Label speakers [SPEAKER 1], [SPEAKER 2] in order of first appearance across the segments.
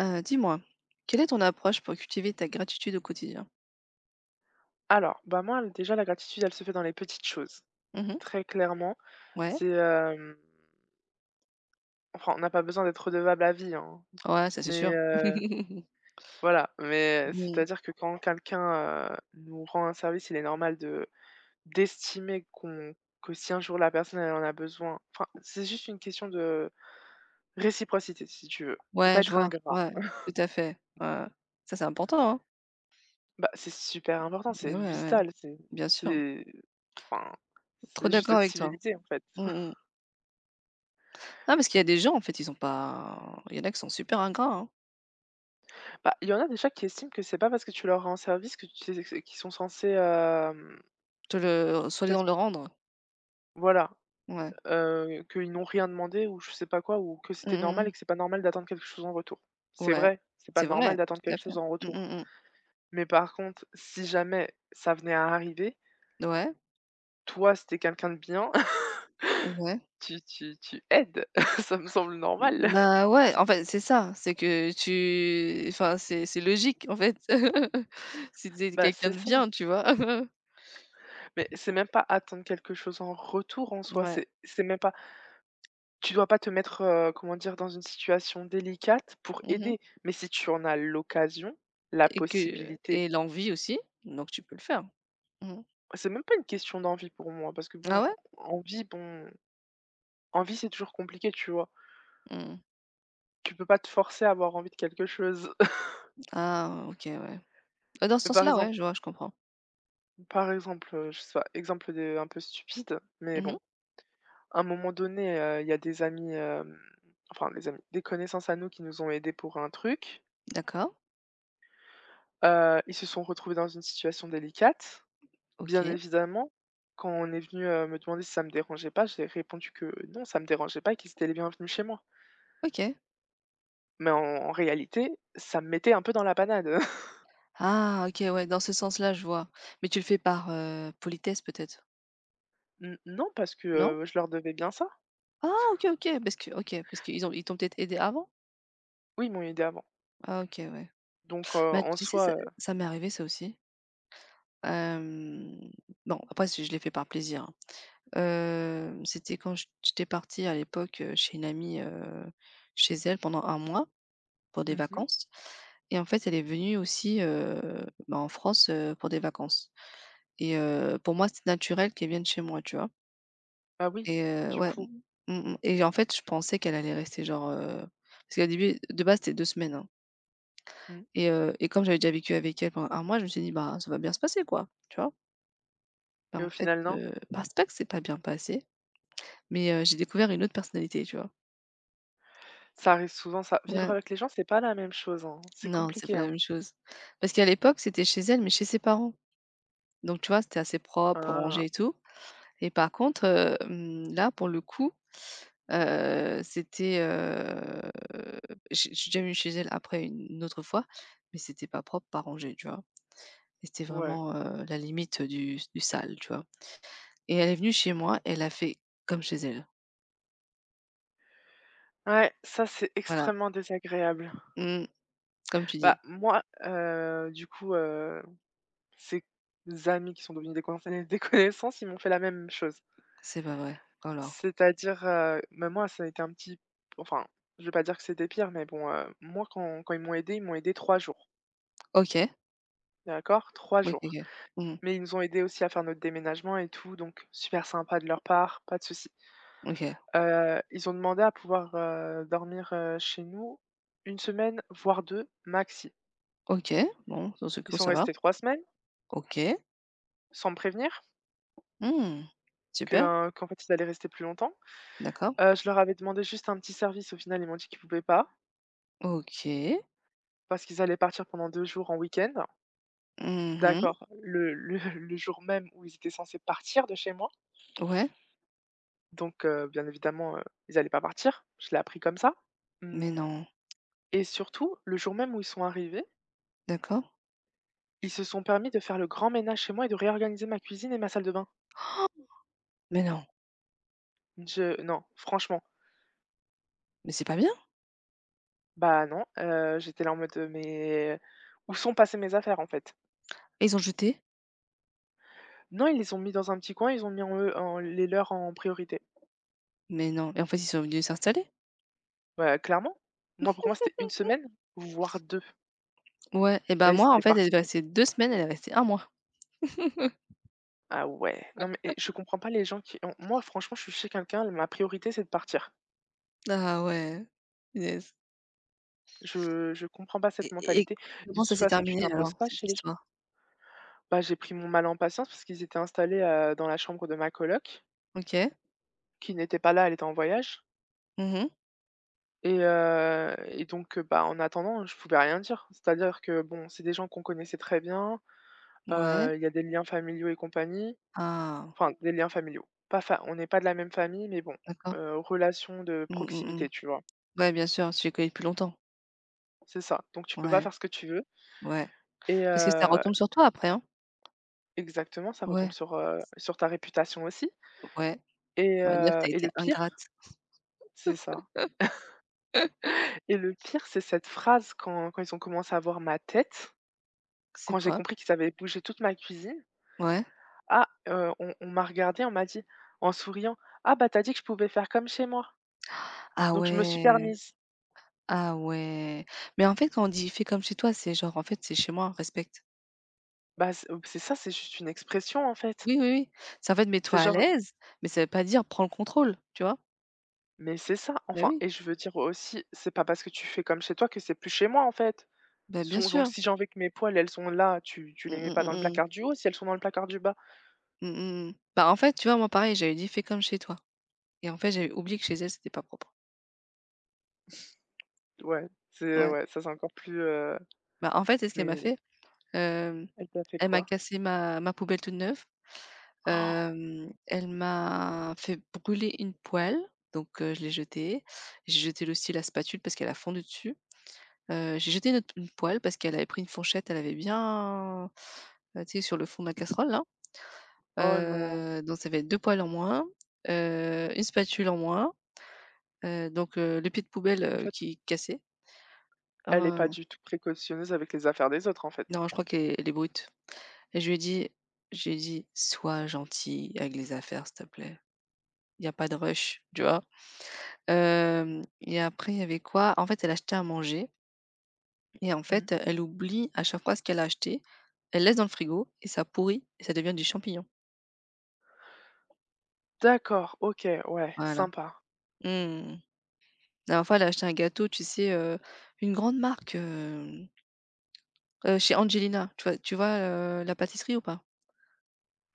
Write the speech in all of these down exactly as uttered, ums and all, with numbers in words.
[SPEAKER 1] Heu, dis-moi, quelle est ton approche pour cultiver ta gratitude au quotidien?
[SPEAKER 2] Alors, bah, moi, l déjà, la gratitude, elle se fait dans les petites choses,
[SPEAKER 1] Mmh.
[SPEAKER 2] très clairement.
[SPEAKER 1] Ouais,
[SPEAKER 2] C'est, hem, enfin, on n'a pas besoin d'être redevable à vie, hein,
[SPEAKER 1] ouais, ça c'est
[SPEAKER 2] mais
[SPEAKER 1] sûr.
[SPEAKER 2] heu, voilà, mais
[SPEAKER 1] Mmh.
[SPEAKER 2] c'est-à-dire que quand quelqu'un, heu, nous rend un service, il est normal de d'estimer qu'on que si un jour la personne, elle en a besoin, enfin, c'est juste une question de réciprocité, si tu veux, de
[SPEAKER 1] Ouais,
[SPEAKER 2] pas
[SPEAKER 1] je
[SPEAKER 2] être
[SPEAKER 1] vois,
[SPEAKER 2] ingrat.
[SPEAKER 1] ouais, tout à fait. Ouais, ouais. Ça, c'est important, hein.
[SPEAKER 2] Bah, c'est super important,
[SPEAKER 1] Beh,
[SPEAKER 2] c'est
[SPEAKER 1] ouais, ouais,
[SPEAKER 2] vital, c'est
[SPEAKER 1] bien sûr.
[SPEAKER 2] c'est enfin,
[SPEAKER 1] Trop
[SPEAKER 2] c'est juste
[SPEAKER 1] d'accord
[SPEAKER 2] être
[SPEAKER 1] avec toi.
[SPEAKER 2] civilisé, en fait.
[SPEAKER 1] Mmh mh. Ah, parce qu'il y a des gens, en fait, ils sont pas il y en a qui sont super ingrats, hein,
[SPEAKER 2] Bah, il y en a déjà qui estiment que c'est pas parce que tu leur rends service que tu sais qu'ils sont censés, hem,
[SPEAKER 1] te le soi-disant
[SPEAKER 2] peut-être,
[SPEAKER 1] le rendre.
[SPEAKER 2] voilà,
[SPEAKER 1] Ouais.
[SPEAKER 2] heu, qu'ils n'ont rien demandé ou je sais pas quoi, ou que c'était
[SPEAKER 1] Mmh
[SPEAKER 2] normal
[SPEAKER 1] mh.
[SPEAKER 2] et que c'est pas normal d'attendre quelque chose en retour. C'est
[SPEAKER 1] Ouais.
[SPEAKER 2] vrai, c'est pas
[SPEAKER 1] C'est
[SPEAKER 2] normal
[SPEAKER 1] vrai,
[SPEAKER 2] d'attendre
[SPEAKER 1] tout à
[SPEAKER 2] quelque
[SPEAKER 1] fait.
[SPEAKER 2] chose en
[SPEAKER 1] Mmh
[SPEAKER 2] retour.
[SPEAKER 1] mh mh.
[SPEAKER 2] Mais par contre, si jamais ça venait à arriver,
[SPEAKER 1] Ouais,
[SPEAKER 2] toi, si tu quelqu'un de bien,
[SPEAKER 1] ouais.
[SPEAKER 2] tu tu tu aides. Ça me semble normal.
[SPEAKER 1] Bah, ouais,
[SPEAKER 2] Si
[SPEAKER 1] en fait, c'est ça, c'est que tu enfin, c'est c'est logique, en fait. Si tu
[SPEAKER 2] bah,
[SPEAKER 1] quelqu'un
[SPEAKER 2] c'est
[SPEAKER 1] de
[SPEAKER 2] ça.
[SPEAKER 1] bien, tu vois?
[SPEAKER 2] Mais c'est même pas attendre quelque chose en retour en soi,
[SPEAKER 1] Ouais.
[SPEAKER 2] c'est c'est même pas. Tu dois pas te mettre, heu, comment dire? Dans une situation délicate pour
[SPEAKER 1] Mmh,
[SPEAKER 2] aider, mais si tu en as l'occasion, la
[SPEAKER 1] et que
[SPEAKER 2] possibilité,
[SPEAKER 1] et l'envie aussi, donc tu peux le faire. Mmh.
[SPEAKER 2] c'est même pas une question d'envie pour moi parce que
[SPEAKER 1] Ah
[SPEAKER 2] bon,
[SPEAKER 1] ouais?
[SPEAKER 2] envie, bon, envie, c'est toujours compliqué, tu vois?
[SPEAKER 1] Mmh.
[SPEAKER 2] Tu peux pas te forcer à avoir envie de quelque chose.
[SPEAKER 1] Ah, OK, ouais. Bah, dans ce
[SPEAKER 2] Mais par
[SPEAKER 1] sens-là,
[SPEAKER 2] exemple,
[SPEAKER 1] ouais, je vois, je comprends.
[SPEAKER 2] par exemple, heu, je sais pas, exemple de un peu stupide, mais
[SPEAKER 1] Mmh.
[SPEAKER 2] bon, à un moment donné, heu, il y a des amis, hem, enfin des amis, des connaissances à nous qui nous ont aidés pour un truc,
[SPEAKER 1] D'accord.
[SPEAKER 2] heu, ils se sont retrouvés dans une situation délicate. Bien
[SPEAKER 1] OK.
[SPEAKER 2] évidemment, quand on est venu, heu, me demander si ça me dérangeait pas, j'ai répondu que non, ça me dérangeait pas et qu'ils étaient les bienvenus chez moi.
[SPEAKER 1] OK.
[SPEAKER 2] Mais en en réalité, ça me mettait un peu dans la panade.
[SPEAKER 1] Ah, OK, ouais, dans ce sens-là, je vois. Mais tu le fais par, heu, politesse peut-être?
[SPEAKER 2] N non, parce que,
[SPEAKER 1] Non?
[SPEAKER 2] heu, je leur devais bien ça.
[SPEAKER 1] Ah, OK, OK, parce que OK, parce qu'ils ont ils t'ont peut-être aidé avant?
[SPEAKER 2] Oui, ils m'ont aidée avant.
[SPEAKER 1] Ah, OK, ouais.
[SPEAKER 2] Donc, heu,
[SPEAKER 1] Bah,
[SPEAKER 2] en
[SPEAKER 1] tu sais, ça
[SPEAKER 2] soi, heu
[SPEAKER 1] ça m'est arrivé ça aussi. Hem, non, après c'est je l'ai fait par plaisir, hein. Heu, c'était quand j j'étais partie à l'époque, heu, chez une amie, heu, chez elle pendant un mois pour des
[SPEAKER 2] mmh mh.
[SPEAKER 1] vacances et en fait, elle est venue aussi, heu, bah, en France, heu, pour des vacances et heu, pour moi, c'était naturel qu'elle vienne chez moi, tu vois?
[SPEAKER 2] Bah oui,
[SPEAKER 1] Et heu,
[SPEAKER 2] du
[SPEAKER 1] ouais,
[SPEAKER 2] coup.
[SPEAKER 1] mmh mh, et en fait, je pensais qu'elle allait rester genre, heu parce qu'au début, de base, c'était deux semaines, hein,
[SPEAKER 2] Mmh.
[SPEAKER 1] et heu et comme j'avais déjà vécu avec elle pendant un mois, je me suis dit: «Bah, ça va bien se passer, quoi», tu vois? Bah,
[SPEAKER 2] Et
[SPEAKER 1] en
[SPEAKER 2] au
[SPEAKER 1] fait,
[SPEAKER 2] final, non.
[SPEAKER 1] heu, bah, c'est pas que c'est pas bien passé. Mais heu, j'ai découvert une autre personnalité, tu vois?
[SPEAKER 2] Ça arrive souvent, ça. Vivre
[SPEAKER 1] Ouais,
[SPEAKER 2] avec les gens, c'est pas la même chose, hein. C'est
[SPEAKER 1] non, c'est pas
[SPEAKER 2] compliqué,
[SPEAKER 1] la
[SPEAKER 2] hein.
[SPEAKER 1] même chose. Parce qu'à l'époque, c'était chez elle, mais chez ses parents. Donc tu vois, c'était assez propre, rangé
[SPEAKER 2] Ah
[SPEAKER 1] et tout. Et par contre, heu, mmh, là, pour le coup, heu, c'était, heu, j'ai je suis déjà venue chez elle après une une autre fois, mais c'était pas propre, pas rangé, tu vois? Et c'était
[SPEAKER 2] ouais.
[SPEAKER 1] vraiment, heu, la limite du du sale, tu vois? Et elle est venue chez moi, elle a fait comme chez elle.
[SPEAKER 2] Ouais, ça, c'est
[SPEAKER 1] Voilà,
[SPEAKER 2] extrêmement désagréable.
[SPEAKER 1] mmh, comme tu dis.
[SPEAKER 2] Bah moi, heu, du coup, heu Ses amis qui sont devenus des connaissances des connaissances, ils m'ont fait la même chose.
[SPEAKER 1] C'est pas vrai. Alors.
[SPEAKER 2] C'est-à-dire, heu, même moi, ça a été un petit, enfin, je vais pas dire que c'était pire, mais bon, heu, moi, quand quand ils m'ont aidé, ils m'ont aidé trois jours,
[SPEAKER 1] OK,
[SPEAKER 2] d'accord? Trois
[SPEAKER 1] OK,
[SPEAKER 2] jours.
[SPEAKER 1] OK. Mmh.
[SPEAKER 2] Mais ils nous ont aidés aussi à faire notre déménagement et tout, donc super sympa de leur part, pas de souci.
[SPEAKER 1] OK.
[SPEAKER 2] Heu, ils ont demandé à pouvoir, heu, dormir, heu, chez nous une semaine, voire deux maxi.
[SPEAKER 1] OK, bon, dans ce
[SPEAKER 2] Ils
[SPEAKER 1] coup,
[SPEAKER 2] sont
[SPEAKER 1] ça va.
[SPEAKER 2] restés trois semaines
[SPEAKER 1] OK.
[SPEAKER 2] sans me prévenir
[SPEAKER 1] Mmh.
[SPEAKER 2] que,
[SPEAKER 1] Super,
[SPEAKER 2] heu, qu'en fait, ils allaient rester plus longtemps.
[SPEAKER 1] d'accord.
[SPEAKER 2] Heu, je leur avais demandé juste un petit service. Au final, ils m'ont dit qu'ils pouvaient pas,
[SPEAKER 1] OK.
[SPEAKER 2] parce qu'ils allaient partir pendant deux jours en week-end.
[SPEAKER 1] Mmh.
[SPEAKER 2] D'accord, le le le jour même où ils étaient censés partir de chez moi,
[SPEAKER 1] Ouais.
[SPEAKER 2] donc heu, bien évidemment, heu, ils allaient pas partir. Je l'ai appris comme ça.
[SPEAKER 1] Mais
[SPEAKER 2] Mmh.
[SPEAKER 1] non.
[SPEAKER 2] Et surtout, le jour même où ils sont arrivés,
[SPEAKER 1] D'accord.
[SPEAKER 2] ils se sont permis de faire le grand ménage chez moi et de réorganiser ma cuisine et ma salle de bain.
[SPEAKER 1] Mais non.
[SPEAKER 2] Je Non, franchement,
[SPEAKER 1] Mais c'est pas bien.
[SPEAKER 2] bah, non, heu, j'étais là en mode: «Euh, mais où sont passées mes affaires, en fait?
[SPEAKER 1] Et ils ont jeté?
[SPEAKER 2] Non, ils les ont mis dans un petit coin, ils ont mis en eux, en les leurs, en priorité.
[SPEAKER 1] Mais non. Et en fait, ils sont venus s'installer?
[SPEAKER 2] Bah, clairement. Moi, pour moi, c'était une semaine, voire deux.
[SPEAKER 1] Ouais, et bah,
[SPEAKER 2] Vas-y,
[SPEAKER 1] moi, en
[SPEAKER 2] c'était
[SPEAKER 1] fait, elle est
[SPEAKER 2] parti.
[SPEAKER 1] restée deux semaines, elle est restée un mois.
[SPEAKER 2] Ah ouais, non, mais et je comprends pas les gens qui ont, moi, franchement, je suis chez quelqu'un, ma priorité, c'est de partir.
[SPEAKER 1] Ah ouais, punaise.
[SPEAKER 2] Je je comprends pas cette
[SPEAKER 1] Et et
[SPEAKER 2] mentalité. De
[SPEAKER 1] comment
[SPEAKER 2] toute
[SPEAKER 1] ça s'est
[SPEAKER 2] façon, tu
[SPEAKER 1] terminé
[SPEAKER 2] t'imposes
[SPEAKER 1] alors,
[SPEAKER 2] pas
[SPEAKER 1] cette
[SPEAKER 2] chez les gens.
[SPEAKER 1] histoire?
[SPEAKER 2] Bah, j'ai pris mon mal en patience parce qu'ils étaient installés, heu, dans la chambre de ma coloc,
[SPEAKER 1] OK.
[SPEAKER 2] qui n'était pas là, elle était en voyage,
[SPEAKER 1] Mmh.
[SPEAKER 2] et heu et donc, heu, bah, en attendant, je pouvais rien dire. C'est-à-dire que, bon, c'est des gens qu'on connaissait très bien,
[SPEAKER 1] Ouais.
[SPEAKER 2] heu, il y a des liens familiaux et compagnie.
[SPEAKER 1] Ah,
[SPEAKER 2] Enfin, des liens familiaux. Pas fa on n'est pas de la même famille, mais bon,
[SPEAKER 1] d'accord.
[SPEAKER 2] heu, relation de
[SPEAKER 1] Mmh, mmh mh.
[SPEAKER 2] proximité, tu vois?
[SPEAKER 1] Ouais, bien sûr, tu les connais depuis longtemps.
[SPEAKER 2] C'est ça. Donc tu peux pas
[SPEAKER 1] Ouais,
[SPEAKER 2] faire ce que tu veux,
[SPEAKER 1] ouais.
[SPEAKER 2] et
[SPEAKER 1] Parce que ça
[SPEAKER 2] heu
[SPEAKER 1] retombe sur toi après, hein?
[SPEAKER 2] exactement, ça retombe
[SPEAKER 1] Ouais.
[SPEAKER 2] sur, heu, sur ta réputation aussi,
[SPEAKER 1] Ouais,
[SPEAKER 2] et
[SPEAKER 1] on va dire que
[SPEAKER 2] heu
[SPEAKER 1] tu as
[SPEAKER 2] et
[SPEAKER 1] été
[SPEAKER 2] le
[SPEAKER 1] ingrate.
[SPEAKER 2] pire, c'est ça, et le pire, c'est cette phrase quand quand ils ont commencé à voir ma tête,
[SPEAKER 1] C'est
[SPEAKER 2] quand j'ai
[SPEAKER 1] quoi?
[SPEAKER 2] compris qu'ils avaient bougé toute ma cuisine.
[SPEAKER 1] Ouais.
[SPEAKER 2] Ah, heu, on on m'a regardé, on m'a dit, en souriant: «Ah bah, t'as dit que je pouvais faire comme chez moi».
[SPEAKER 1] Ah
[SPEAKER 2] Donc je me suis
[SPEAKER 1] ouais,
[SPEAKER 2] permise.
[SPEAKER 1] ah ouais. Mais en fait, quand on dit: «Fais comme chez toi», c'est genre, en fait, c'est chez moi, respecte.
[SPEAKER 2] Bah, c'est c'est ça, c'est juste une expression, en fait.
[SPEAKER 1] Oui, oui, oui. C'est, en fait, mets-toi
[SPEAKER 2] C'est
[SPEAKER 1] à
[SPEAKER 2] genre
[SPEAKER 1] l'aise, mais ça veut pas dire prends le contrôle, tu vois?
[SPEAKER 2] Mais c'est ça,
[SPEAKER 1] Ben
[SPEAKER 2] enfin,
[SPEAKER 1] oui.
[SPEAKER 2] et je veux dire aussi, c'est pas parce que tu fais comme chez toi que c'est plus chez moi, en fait.
[SPEAKER 1] Ben bien
[SPEAKER 2] Sont donc,
[SPEAKER 1] sûr.
[SPEAKER 2] si j'ai envie que mes poils, elles sont là, tu tu les
[SPEAKER 1] Mmh
[SPEAKER 2] mets
[SPEAKER 1] mh,
[SPEAKER 2] pas dans le
[SPEAKER 1] mmh mh.
[SPEAKER 2] placard du haut si elles sont dans le placard du bas.
[SPEAKER 1] Mmh mh, mmh. Bah, en fait, tu vois, moi pareil, j'avais dit: «Fais comme chez toi» et en fait, j'avais oublié que chez elle, c'était pas propre.
[SPEAKER 2] Ouais, c'est,
[SPEAKER 1] Ouais.
[SPEAKER 2] ouais, ça, c'est encore plus, heu
[SPEAKER 1] Bah, en fait, tu ce qu'elle
[SPEAKER 2] mais
[SPEAKER 1] m'a fait? Hem,
[SPEAKER 2] elle t'a fait
[SPEAKER 1] elle m'a
[SPEAKER 2] quoi?
[SPEAKER 1] cassé ma ma poubelle toute neuve. Hem, elle m'a fait brûler une poêle, donc heu, je l'ai jetée. J'ai jeté aussi la spatule parce qu'elle a fondu dessus. Heu, j'ai jeté une autre une poêle parce qu'elle avait pris une fourchette, elle avait bien, heu, tu sais, sur le fond de la casserole là.
[SPEAKER 2] Oh non!
[SPEAKER 1] Heu, donc ça fait deux poêles en moins, heu, une spatule en moins, heu, donc heu, le pied de poubelle,
[SPEAKER 2] En
[SPEAKER 1] heu,
[SPEAKER 2] fait,
[SPEAKER 1] qui est cassé.
[SPEAKER 2] elle est pas
[SPEAKER 1] Heu,
[SPEAKER 2] du tout précautionneuse avec les affaires des autres, en fait.
[SPEAKER 1] non, je crois qu'elle est elle est brute, et je lui ai dit je lui ai dit: «Sois gentil avec les affaires, s'il te plaît. Il n'y a pas de rush», tu vois? Hem et après, il y avait quoi? En fait, elle achetait à manger, et en
[SPEAKER 2] Mmh.
[SPEAKER 1] fait, elle oublie à chaque fois ce qu'elle a acheté. Elle laisse dans le frigo et ça pourrit et ça devient des champignons.
[SPEAKER 2] D'accord, OK, ouais,
[SPEAKER 1] Voilà.
[SPEAKER 2] sympa.
[SPEAKER 1] Mmh. La dernière fois, elle a acheté un gâteau, tu sais, heu, une grande marque, hem, heu, chez Angelina. Tu vois tu vois, heu, la pâtisserie ou pas?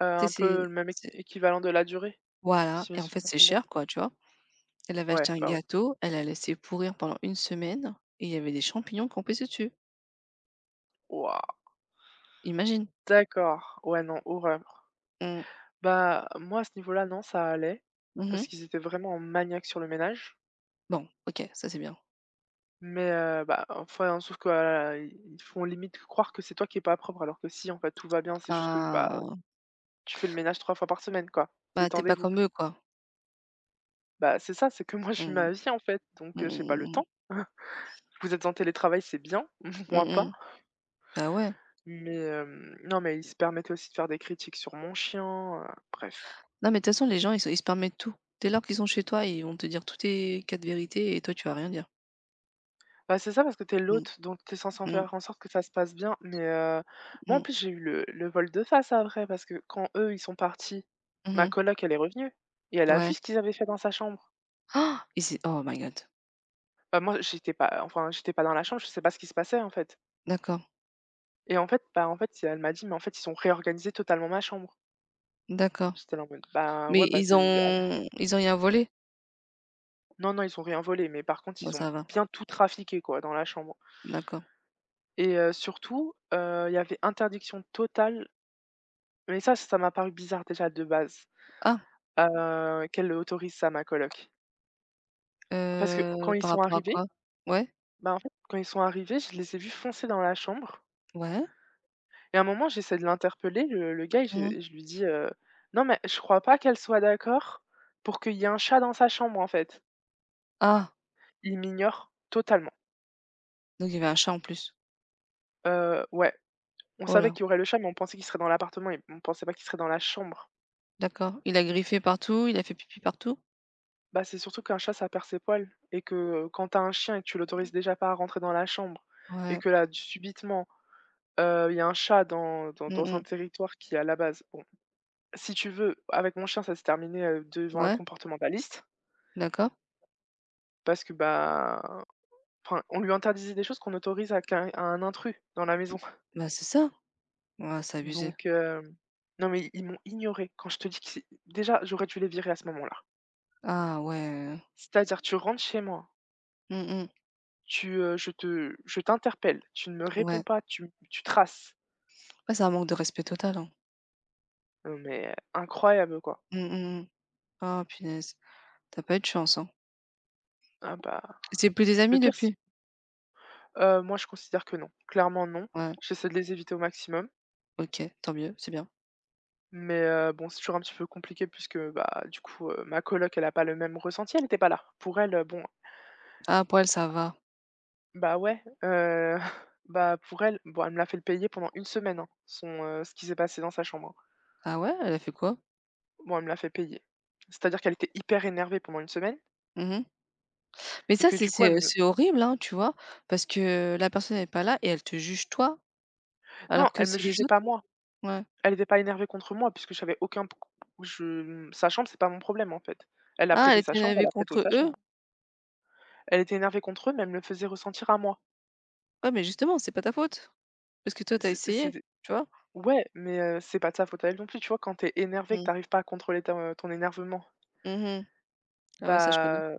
[SPEAKER 2] Heu,
[SPEAKER 1] Tu
[SPEAKER 2] un
[SPEAKER 1] sais,
[SPEAKER 2] peu le même éq
[SPEAKER 1] c'est c'est
[SPEAKER 2] équivalent de la durée,
[SPEAKER 1] voilà,
[SPEAKER 2] si mes
[SPEAKER 1] et en fait,
[SPEAKER 2] souvenirs
[SPEAKER 1] c'est
[SPEAKER 2] sont bons?
[SPEAKER 1] cher, quoi, tu vois? Elle avait acheté
[SPEAKER 2] Ouais,
[SPEAKER 1] un
[SPEAKER 2] bah oui.
[SPEAKER 1] gâteau, elle l'a laissé pourrir pendant une semaine et il y avait des champignons campés dessus.
[SPEAKER 2] Waouh!
[SPEAKER 1] Imagine.
[SPEAKER 2] D'accord, ouais, non, horreur.
[SPEAKER 1] Mmh.
[SPEAKER 2] Bah, moi, à ce niveau-là, non, ça allait, parce
[SPEAKER 1] Mmh.
[SPEAKER 2] qu'ils étaient vraiment en maniaque sur le ménage.
[SPEAKER 1] Bon, OK, ça, c'est bien.
[SPEAKER 2] Mais, heu, bah, enfin, sauf que, heu, i ils font limite croire que c'est toi qui es pas propre, alors que si, en fait, tout va bien, c'est juste que, bah,
[SPEAKER 1] Ah.
[SPEAKER 2] tu fais le ménage trois fois par semaine, quoi.
[SPEAKER 1] Bah, t'es pas
[SPEAKER 2] Détendez-vous.
[SPEAKER 1] comme eux, quoi.
[SPEAKER 2] Bah, c'est ça, c'est que moi, je vis
[SPEAKER 1] Mmh mh.
[SPEAKER 2] ma vie, en fait,
[SPEAKER 1] Mmh
[SPEAKER 2] donc, heu, j'ai
[SPEAKER 1] mh,
[SPEAKER 2] pas le
[SPEAKER 1] mmh.
[SPEAKER 2] temps. Vous êtes en télétravail, c'est bien, moi pas.
[SPEAKER 1] Mmh. Bah, ouais.
[SPEAKER 2] Mais, hem, non, mais ils se permettaient aussi de faire des critiques sur mon chien, heu, bref.
[SPEAKER 1] Non, mais de toute façon, les gens, ils se ils se permettent tout. Dès lors qu'ils sont chez toi, ils vont te dire toutes tes quatre vérités et toi, tu vas rien dire.
[SPEAKER 2] Bah, c'est ça parce que t'es es
[SPEAKER 1] Mmh.
[SPEAKER 2] l'hôte, donc t'es censé en
[SPEAKER 1] Mmh.
[SPEAKER 2] faire en sorte que ça se passe bien. Mais heu, moi, en
[SPEAKER 1] Mmh.
[SPEAKER 2] plus, j'ai eu le le vol de face après parce que quand eux, ils sont partis,
[SPEAKER 1] Mmh
[SPEAKER 2] ma
[SPEAKER 1] mh.
[SPEAKER 2] coloc, elle est revenue et elle a vu
[SPEAKER 1] Ouais.
[SPEAKER 2] ce qu'ils avaient fait dans sa chambre.
[SPEAKER 1] Ah, Ils é oh my god.
[SPEAKER 2] Bah, moi, j'étais pas, enfin, j'étais pas dans la chambre, je sais pas ce qui se passait, en fait,
[SPEAKER 1] D'accord,
[SPEAKER 2] et en fait, bah, en fait, si, elle m'a dit: «Mais en fait, ils ont réorganisé totalement ma chambre».
[SPEAKER 1] d'accord.
[SPEAKER 2] J'étais là en mode: «Bah, ouais,
[SPEAKER 1] Mais
[SPEAKER 2] bah,
[SPEAKER 1] ils
[SPEAKER 2] c'est» ah,
[SPEAKER 1] ont ils ont rien volé?
[SPEAKER 2] non, non, ils ont rien volé, mais par contre,
[SPEAKER 1] Bon,
[SPEAKER 2] ils ont
[SPEAKER 1] ça va.
[SPEAKER 2] bien tout trafiqué, quoi, dans la chambre,
[SPEAKER 1] D'accord.
[SPEAKER 2] et heu, surtout, heu, il y avait interdiction totale, mais ça, ça m'a paru bizarre déjà de base.
[SPEAKER 1] Ah,
[SPEAKER 2] Heu, qu'elle autorise ça, à ma coloc. Parce que quand
[SPEAKER 1] heu,
[SPEAKER 2] ils
[SPEAKER 1] par
[SPEAKER 2] sont
[SPEAKER 1] rapport à
[SPEAKER 2] arrivés,
[SPEAKER 1] quoi? Ouais?
[SPEAKER 2] bah, en fait, quand ils sont arrivés, je les ai vus foncer dans la chambre,
[SPEAKER 1] Ouais.
[SPEAKER 2] et à un moment, j'essaie de l'interpeller, le le gars, et je
[SPEAKER 1] Mmh.
[SPEAKER 2] et je lui dis, heu: «Non, mais je crois pas qu'elle soit d'accord pour qu'il y ait un chat dans sa chambre, en fait».
[SPEAKER 1] Ah,
[SPEAKER 2] Il m'ignore totalement.
[SPEAKER 1] donc il y avait un chat en plus.
[SPEAKER 2] Heu, ouais, on
[SPEAKER 1] Oh
[SPEAKER 2] savait
[SPEAKER 1] là,
[SPEAKER 2] qu'il y aurait le chat, mais on pensait qu'il serait dans l'appartement et on pensait pas qu'il serait dans la chambre.
[SPEAKER 1] d'accord. Il a griffé partout, il a fait pipi partout?
[SPEAKER 2] Bah, c'est surtout qu'un chat, ça perd ses poils et que, heu, quand t'as un chien et que tu l'autorises déjà pas à rentrer dans la chambre, et
[SPEAKER 1] Ouais.
[SPEAKER 2] que là, d subitement. Heu, il y a un chat dans dans
[SPEAKER 1] Mmh
[SPEAKER 2] dans un
[SPEAKER 1] mh.
[SPEAKER 2] territoire qui, à la base, bon, si tu veux, avec mon chien, ça s'est terminé, heu, devant un
[SPEAKER 1] Ouais,
[SPEAKER 2] comportementaliste
[SPEAKER 1] d'accord.
[SPEAKER 2] parce que, bah, enfin, on lui interdisait des choses qu'on autorise à qu'un à un intrus dans la maison.
[SPEAKER 1] Bah, c'est ça. Ouais, c'est abusé.
[SPEAKER 2] Donc, hem, non, mais ils m'ont ignoré. Quand je te dis que c'est déjà, j'aurais dû les virer à ce moment-là.
[SPEAKER 1] Ah ouais.
[SPEAKER 2] C'est-à-dire, tu rentres chez moi,
[SPEAKER 1] Mmh mh.
[SPEAKER 2] tu, heu, je te je t'interpelle, tu ne me réponds
[SPEAKER 1] Ouais.
[SPEAKER 2] pas, tu tu traces.
[SPEAKER 1] Ouais, c'est un manque de respect total, hein.
[SPEAKER 2] Non, mais euh, incroyable, quoi.
[SPEAKER 1] Mmh mh, mmh. Ah, punaise. T'as pas eu de chance, hein.
[SPEAKER 2] Ah bah,
[SPEAKER 1] C'est plus des
[SPEAKER 2] le
[SPEAKER 1] amis
[SPEAKER 2] pire c'est
[SPEAKER 1] depuis?
[SPEAKER 2] Heu, moi, je considère que non. Clairement non.
[SPEAKER 1] Ouais.
[SPEAKER 2] J'essaie de les éviter au maximum,
[SPEAKER 1] OK, tant mieux, c'est bien.
[SPEAKER 2] mais heu, bon, c'est toujours un petit peu compliqué puisque, bah, du coup, heu, ma coloc, elle a pas le même ressenti, elle n'était pas là. Pour elle, heu, bon,
[SPEAKER 1] Ah, pour elle, ça va.
[SPEAKER 2] bah, ouais, heu, bah, pour elle, bon, elle me l'a fait payer pendant une semaine, hein, son, heu, ce qui s'est passé dans sa chambre, hein.
[SPEAKER 1] Ah ouais? Elle a fait quoi?
[SPEAKER 2] Bon, elle me l'a fait payer. C'est-à-dire qu'elle était hyper énervée pendant une semaine,
[SPEAKER 1] Mmh mh. Mais
[SPEAKER 2] et
[SPEAKER 1] ça,
[SPEAKER 2] que
[SPEAKER 1] c'est
[SPEAKER 2] du coup, elle
[SPEAKER 1] c'est,
[SPEAKER 2] me
[SPEAKER 1] c'est horrible, hein, tu vois? Parce que la personne n'est pas là et elle te juge toi,
[SPEAKER 2] non,
[SPEAKER 1] alors que
[SPEAKER 2] elle me
[SPEAKER 1] c'est les
[SPEAKER 2] jugeait pas,
[SPEAKER 1] autres.
[SPEAKER 2] moi.
[SPEAKER 1] Ouais.
[SPEAKER 2] Elle était pas énervée contre moi puisque j'avais aucun p je sa chambre, c'est pas mon problème, en fait. Elle a
[SPEAKER 1] Ah, elle
[SPEAKER 2] prêté sa
[SPEAKER 1] était
[SPEAKER 2] chambre, elle
[SPEAKER 1] énervée
[SPEAKER 2] a prêté
[SPEAKER 1] contre
[SPEAKER 2] sa
[SPEAKER 1] eux?
[SPEAKER 2] chambre. Elle était énervée contre eux, mais elle me le faisait ressentir à moi.
[SPEAKER 1] Ouais, mais justement, c'est pas ta faute, parce que toi, t'as
[SPEAKER 2] C'est
[SPEAKER 1] essayé,
[SPEAKER 2] c'était
[SPEAKER 1] tu vois?
[SPEAKER 2] ouais, mais heu, c'est pas de sa faute à elle non plus, tu vois? Quand t'es énervé, que
[SPEAKER 1] Mm.
[SPEAKER 2] t'arrives pas à contrôler ton ton énervement,
[SPEAKER 1] Mmh. Ah ouais, ça je connais.
[SPEAKER 2] bah,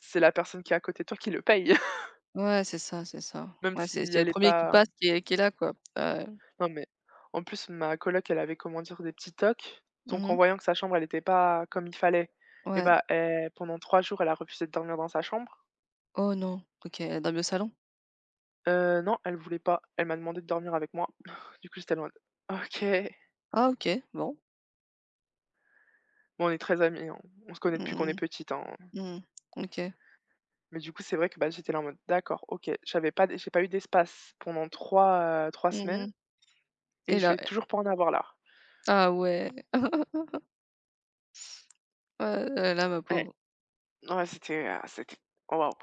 [SPEAKER 2] c'est la personne qui est à côté de toi qui le paye,
[SPEAKER 1] Ouais, c'est ça, c'est ça.
[SPEAKER 2] même
[SPEAKER 1] Ouais,
[SPEAKER 2] si
[SPEAKER 1] c'est c'est le
[SPEAKER 2] elle est
[SPEAKER 1] premier qui
[SPEAKER 2] pas,
[SPEAKER 1] passe qui est qui est là, quoi. Ouais.
[SPEAKER 2] non, mais en plus, ma coloc, elle avait, comment dire, des petits tocs, donc en
[SPEAKER 1] Mmh.
[SPEAKER 2] voyant que sa chambre, elle était pas comme il fallait, et
[SPEAKER 1] Ouais.
[SPEAKER 2] bah, eh, pendant trois jours, elle a refusé de dormir dans sa chambre.
[SPEAKER 1] Oh non, OK, elle dormi au salon?
[SPEAKER 2] Heu, non, elle voulait pas. Elle m'a demandé de dormir avec moi. Du coup, j'étais loin. «OK».
[SPEAKER 1] Ah OK, bon.
[SPEAKER 2] Bon, on est très amis, hein. On se connaît depuis qu'on est
[SPEAKER 1] Mmh
[SPEAKER 2] petite, hein.
[SPEAKER 1] mh. Mmh. OK.
[SPEAKER 2] Mais du coup, c'est vrai que, bah, j'étais là en mode: «D'accord, OK, j'avais pas d j'ai pas eu d'espace pendant trois, heu, trois semaines
[SPEAKER 1] Mmh.
[SPEAKER 2] et
[SPEAKER 1] Et
[SPEAKER 2] je
[SPEAKER 1] là,
[SPEAKER 2] vais toujours pas en avoir là».
[SPEAKER 1] ah ouais, ah là là, ma
[SPEAKER 2] Ouais,
[SPEAKER 1] pauvre.
[SPEAKER 2] ouais, c'était, heu, c'était oh, waouh!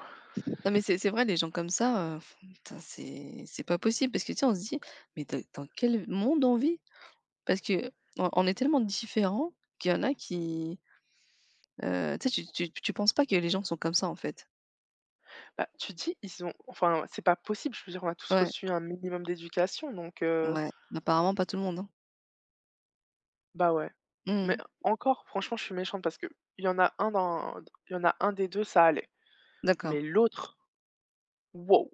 [SPEAKER 1] Non mais c'est c'est vrai, les gens comme ça, heu, putain, c'est c'est pas possible, parce que tu sais, on se dit: «Mais dans dans quel monde on vit?», parce que on on est tellement différents qu'il y en a qui, heu, tu sais, tu tu tu penses pas que les gens sont comme ça, en fait.
[SPEAKER 2] Bah, tu dis, ils ont, enfin, c'est pas possible, je veux dire, on a tous
[SPEAKER 1] Ouais,
[SPEAKER 2] reçu un minimum d'éducation, donc heu,
[SPEAKER 1] ouais. Apparemment pas tout le monde, hein.
[SPEAKER 2] bah, ouais. Mais
[SPEAKER 1] Mmh.
[SPEAKER 2] encore, franchement, je suis méchante parce que il y en a un dans il y en a un des deux, ça allait,
[SPEAKER 1] D'accord.
[SPEAKER 2] mais l'autre, waouh!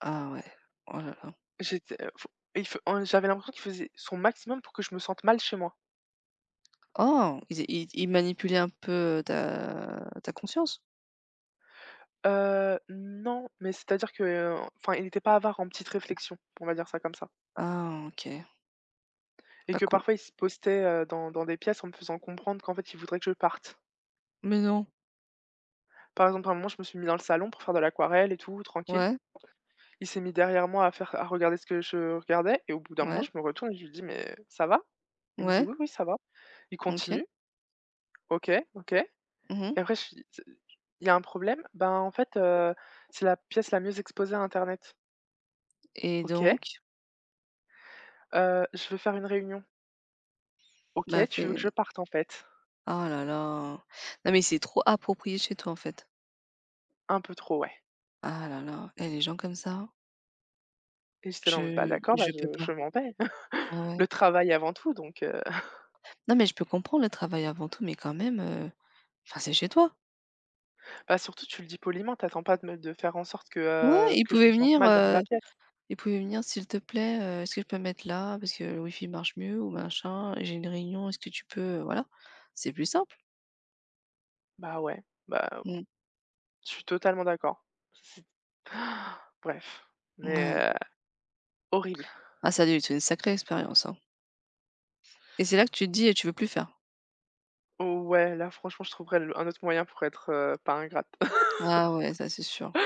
[SPEAKER 1] Ah ouais. Oh là là.
[SPEAKER 2] J'étais, heu, f il fe j'avais l'impression qu'il faisait son maximum pour que je me sente mal chez moi.
[SPEAKER 1] Oh! Ils é ils ils manipulaient un peu, ta ta conscience?
[SPEAKER 2] Heu, non, mais c'est-à-dire que, heu, enfin, il n'était pas avare en petites réflexions, on va dire ça comme ça,
[SPEAKER 1] Ah, OK.
[SPEAKER 2] et
[SPEAKER 1] Pas
[SPEAKER 2] que
[SPEAKER 1] cool.
[SPEAKER 2] parfois il se postait, heu, dans dans des pièces en me faisant comprendre qu'en fait il voudrait que je parte.
[SPEAKER 1] Mais non.
[SPEAKER 2] Par exemple, à un moment, je me suis mis dans le salon pour faire de l'aquarelle et tout, tranquille.
[SPEAKER 1] Ouais,
[SPEAKER 2] Il s'est mis derrière moi à faire à regarder ce que je regardais, et au bout d'un moment,
[SPEAKER 1] ouais,
[SPEAKER 2] je me retourne et je lui dis: «Mais ça va?» Il me dit:
[SPEAKER 1] ouais,
[SPEAKER 2] «Oui, oui, ça va». Il
[SPEAKER 1] OK.
[SPEAKER 2] continue, OK, OK, et
[SPEAKER 1] Mmh.
[SPEAKER 2] après je lui dis: il y a un problème? Ben, en fait, heu, c'est la pièce la mieux exposée à internet».
[SPEAKER 1] Et
[SPEAKER 2] «OK,
[SPEAKER 1] donc?
[SPEAKER 2] heu, je veux faire une réunion». OK,
[SPEAKER 1] Bah
[SPEAKER 2] tu veux que
[SPEAKER 1] fais
[SPEAKER 2] je parte, en fait?
[SPEAKER 1] oh là là. Non mais c'est trop approprié chez toi, en fait.
[SPEAKER 2] Un peu trop, ouais.
[SPEAKER 1] Ah là là. Et les gens comme ça,
[SPEAKER 2] Et j'étais là:
[SPEAKER 1] je
[SPEAKER 2] «Bah, d'accord, bah,
[SPEAKER 1] je peux
[SPEAKER 2] je
[SPEAKER 1] pas.
[SPEAKER 2] je m'en vais.
[SPEAKER 1] Ouais, ouais.
[SPEAKER 2] Le travail avant tout», donc heu,
[SPEAKER 1] Non mais je peux comprendre le travail avant tout, mais quand même, heu, enfin c'est chez toi.
[SPEAKER 2] bah, surtout tu le dis poliment, t'attends pas de me de faire en sorte que,
[SPEAKER 1] Ouais,
[SPEAKER 2] heu,
[SPEAKER 1] ils
[SPEAKER 2] que je me
[SPEAKER 1] pouvaient
[SPEAKER 2] sente
[SPEAKER 1] venir,
[SPEAKER 2] mal dans
[SPEAKER 1] heu
[SPEAKER 2] la pièce.
[SPEAKER 1] Et pouvez venir s'il te plaît, heu, est-ce que je peux me mettre là parce que le wifi marche mieux ou machin, j'ai une réunion, est-ce que tu peux, euh, voilà? C'est plus simple.
[SPEAKER 2] Bah, ouais, bah,
[SPEAKER 1] Mmh,
[SPEAKER 2] je suis totalement d'accord. C'est bref,
[SPEAKER 1] ouais.
[SPEAKER 2] mais heu, horrible.
[SPEAKER 1] Ah, ça a dû être une sacrée expérience, hein. Et c'est là que tu te dis: eh, «Tu veux plus faire».
[SPEAKER 2] Oh, ouais, là franchement, je trouverais le un autre moyen pour être, heu, pas ingrate.
[SPEAKER 1] Ah ouais, ça c'est sûr.